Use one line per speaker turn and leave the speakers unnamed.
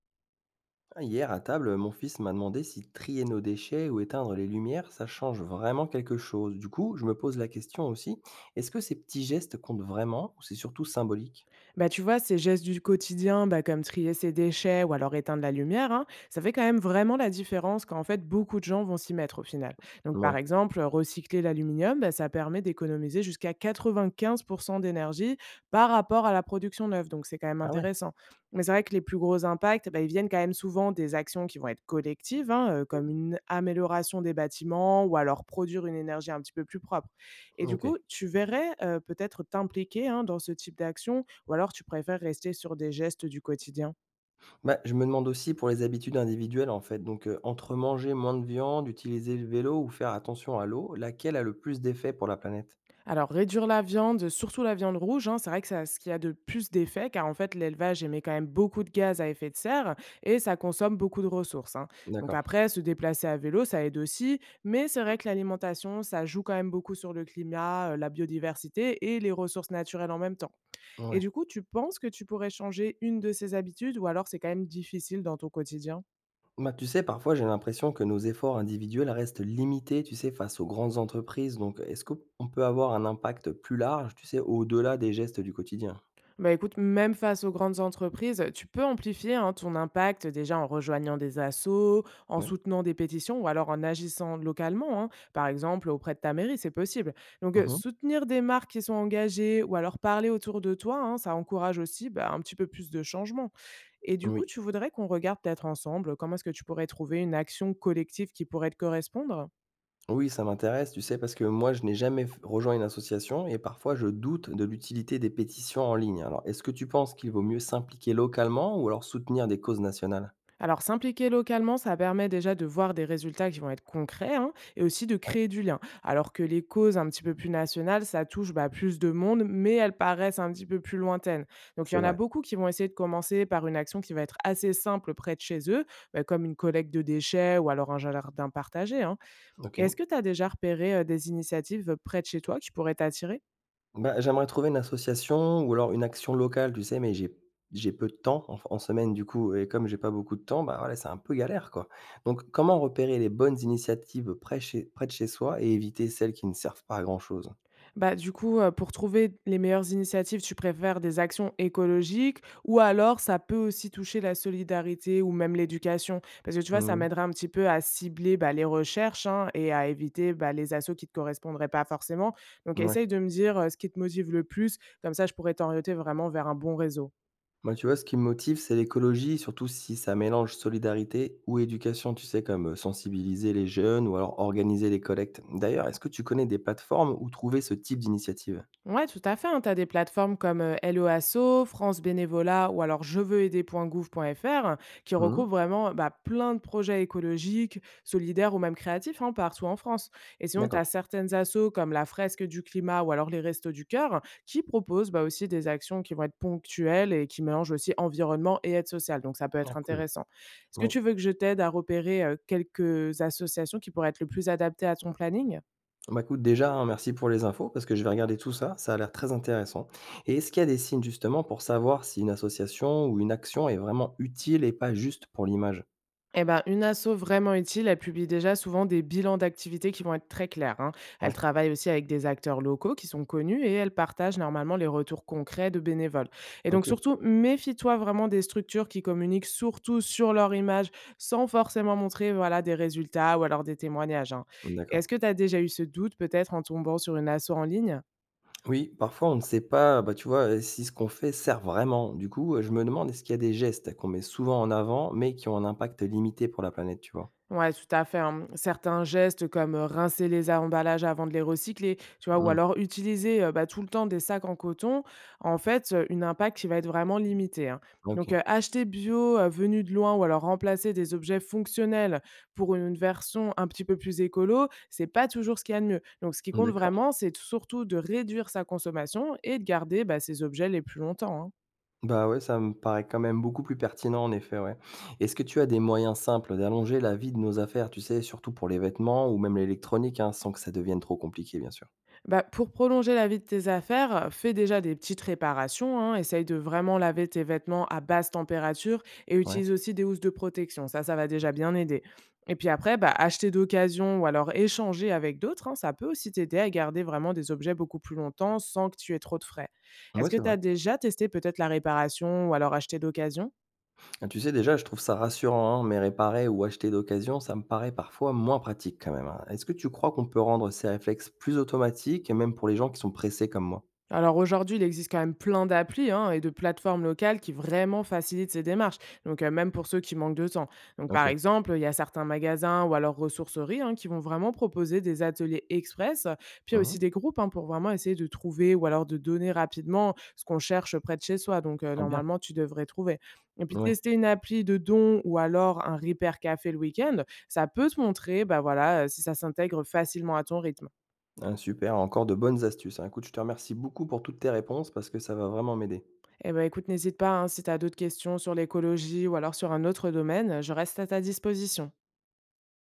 Ah, hier, à table, mon fils m'a demandé si trier nos déchets ou éteindre les lumières, ça change vraiment quelque chose. Du coup, je me pose la question aussi, est-ce que ces petits gestes comptent vraiment ou c'est surtout symbolique?
Bah, tu vois, ces gestes du quotidien, bah, comme trier ses déchets ou alors éteindre la lumière, hein, ça fait quand même vraiment la différence quand en fait beaucoup de gens vont s'y mettre au final. Donc par
Ouais.
exemple, recycler l'aluminium, bah, ça permet d'économiser jusqu'à 95% d'énergie par rapport à la production neuve. Donc c'est quand même
Ah ouais.
intéressant. Mais c'est vrai que les plus gros impacts, bah, ils viennent quand même souvent des actions qui vont être collectives, hein, comme une amélioration des bâtiments ou alors produire une énergie un petit peu plus propre. Et du
Ok.
coup, tu verrais peut-être t'impliquer hein, dans ce type d'action ou alors tu préfères rester sur des gestes du quotidien?
Bah, je me demande aussi pour les habitudes individuelles, en fait. Donc, entre manger moins de viande, utiliser le vélo ou faire attention à l'eau, laquelle a le plus d'effet pour la planète?
Alors réduire la viande, surtout la viande rouge, hein, c'est vrai que c'est ce qui a de plus d'effet car en fait l'élevage émet quand même beaucoup de gaz à effet de serre et ça consomme beaucoup de ressources, hein. Donc
D'accord.
après, se déplacer à vélo, ça aide aussi, mais c'est vrai que l'alimentation, ça joue quand même beaucoup sur le climat, la biodiversité et les ressources naturelles en même temps. Et
Ouais.
du coup, tu penses que tu pourrais changer une de ces habitudes ou alors c'est quand même difficile dans ton quotidien?
Bah, tu sais, parfois, j'ai l'impression que nos efforts individuels restent limités, tu sais, face aux grandes entreprises. Donc, est-ce qu'on peut avoir un impact plus large, tu sais, au-delà des gestes du quotidien?
Bah, écoute, même face aux grandes entreprises, tu peux amplifier hein, ton impact déjà en rejoignant des assos, en
Ouais.
soutenant des pétitions ou alors en agissant localement, hein, par exemple auprès de ta mairie, c'est possible. Donc
Mmh.
soutenir des marques qui sont engagées ou alors parler autour de toi, hein, ça encourage aussi bah, un petit peu plus de changement. Et du coup,
Oui.
tu voudrais qu'on regarde peut-être ensemble comment est-ce que tu pourrais trouver une action collective qui pourrait te correspondre?
Oui, ça m'intéresse, tu sais, parce que moi, je n'ai jamais f rejoint une association et parfois, je doute de l'utilité des pétitions en ligne. Alors, est-ce que tu penses qu'il vaut mieux s'impliquer localement ou alors soutenir des causes nationales?
Alors, s'impliquer localement, ça permet déjà de voir des résultats qui vont être concrets hein, et aussi de
Ouais,
créer du lien. Alors que les causes un petit peu plus nationales, ça touche bah, plus de monde, mais elles paraissent un petit peu plus lointaines. Donc, il y
c'est
en a
vrai.
beaucoup qui vont essayer de commencer par une action qui va être assez simple près de chez eux, bah, comme une collecte de déchets ou alors un jardin partagé, hein. Et
OK.
est-ce que tu as déjà repéré des initiatives près de chez toi qui pourraient t'attirer?
Bah, j'aimerais trouver une association ou alors une action locale, tu sais? Mais j'ai peu de temps en semaine, du coup, et comme j'ai pas beaucoup de temps, bah, voilà, c'est un peu galère, quoi. Donc comment repérer les bonnes initiatives près de chez soi et éviter celles qui ne servent pas à grand-chose?
Bah, du coup, pour trouver les meilleures initiatives, tu préfères des actions écologiques ou alors ça peut aussi toucher la solidarité ou même l'éducation? Parce que tu vois, ça
Mmh.
m'aiderait un petit peu à cibler, bah, les recherches, hein, et à éviter, bah, les assos qui ne te correspondraient pas forcément. Donc
Ouais.
essaye de me dire, ce qui te motive le plus, comme ça je pourrais t'orienter vraiment vers un bon réseau.
Moi, tu vois, ce qui me motive, c'est l'écologie, surtout si ça mélange solidarité ou éducation, tu sais? Comme, sensibiliser les jeunes ou alors organiser les collectes. D'ailleurs, est-ce que tu connais des plateformes où trouver ce type d'initiative?
Ouais, tout à fait, hein. Tu as des plateformes comme Hello Asso, France Bénévolat ou alors jeveuxaider.gouv.fr qui
Mmh.
regroupent vraiment bah, plein de projets écologiques, solidaires ou même créatifs hein, partout en France. Et sinon, tu as
D'accord.
certaines assos comme la Fresque du Climat ou alors les Restos du Cœur qui proposent bah, aussi des actions qui vont être ponctuelles et qui mélangent aussi environnement et aide sociale. Donc, ça peut
Ah
être
cool.
intéressant. Est-ce que
Oui.
tu veux que je t'aide à repérer quelques associations qui pourraient être le plus adaptées à ton planning?
Bah, écoute, déjà, hein, merci pour les infos parce que je vais regarder tout ça, ça a l'air très intéressant. Et est-ce qu'il y a des signes justement pour savoir si une association ou une action est vraiment utile et pas juste pour l'image?
Eh ben, une asso vraiment utile, elle publie déjà souvent des bilans d'activités qui vont être très clairs, hein.
Ouais,
Elle travaille aussi avec des acteurs locaux qui sont connus et elle partage normalement les retours concrets de bénévoles. Et donc
ok,
surtout, méfie-toi vraiment des structures qui communiquent surtout sur leur image sans forcément montrer voilà, des résultats ou alors des témoignages, hein.
d'accord.
Est-ce que tu as déjà eu ce doute peut-être en tombant sur une asso en ligne?
Oui, parfois on ne sait pas, bah, tu vois, si ce qu'on fait sert vraiment. Du coup, je me demande, est-ce qu'il y a des gestes qu'on met souvent en avant mais qui ont un impact limité pour la planète, tu vois?
Ouais, tout à fait, hein. Certains gestes comme rincer les emballages avant de les recycler, tu vois, ou
Hmm,
alors utiliser bah, tout le temps des sacs en coton, en fait, une impact qui va être vraiment limité, hein. Donc,
ok,
acheter bio venu de loin ou alors remplacer des objets fonctionnels pour une version un petit peu plus écolo, c'est pas toujours ce qu'il y a de mieux. Donc, ce qui compte
d'accord.
vraiment, c'est surtout de réduire sa consommation et de garder bah, ses objets les plus longtemps, hein.
Bah, ouais, ça me paraît quand même beaucoup plus pertinent en effet, ouais. Est-ce que tu as des moyens simples d'allonger la vie de nos affaires, tu sais, surtout pour les vêtements ou même l'électronique, hein, sans que ça devienne trop compliqué, bien sûr?
Bah, pour prolonger la vie de tes affaires, fais déjà des petites réparations, hein. Essaye de vraiment laver tes vêtements à basse température et
Ouais.
utilise aussi des housses de protection. Ça va déjà bien aider. Et puis après, bah, acheter d'occasion ou alors échanger avec d'autres, hein, ça peut aussi t'aider à garder vraiment des objets beaucoup plus longtemps sans que tu aies trop de frais.
Oui,
Est-ce que
c'est
tu
vrai.
as déjà testé peut-être la réparation ou alors acheter d'occasion?
Ah, tu sais, déjà, je trouve ça rassurant, hein, mais réparer ou acheter d'occasion, ça me paraît parfois moins pratique quand même, hein. Est-ce que tu crois qu'on peut rendre ces réflexes plus automatiques, et même pour les gens qui sont pressés comme moi?
Alors aujourd'hui, il existe quand même plein d'applis hein, et de plateformes locales qui vraiment facilitent ces démarches, donc même pour ceux qui manquent de temps. Donc par
OK.
exemple, il y a certains magasins ou alors ressourceries hein, qui vont vraiment proposer des ateliers express, puis il y a
Mmh.
aussi des groupes hein, pour vraiment essayer de trouver ou alors de donner rapidement ce qu'on cherche près de chez soi. Donc
Ah bien,
normalement, tu devrais trouver. Et puis
oui.
tester une appli de don ou alors un repair café le week-end, ça peut te montrer bah voilà, si ça s'intègre facilement à ton rythme.
Ah super, encore de bonnes astuces, hein. Écoute, je te remercie beaucoup pour toutes tes réponses parce que ça va vraiment m'aider.
Eh ben, écoute, n'hésite pas, hein, si tu as d'autres questions sur l'écologie ou alors sur un autre domaine, je reste à ta disposition.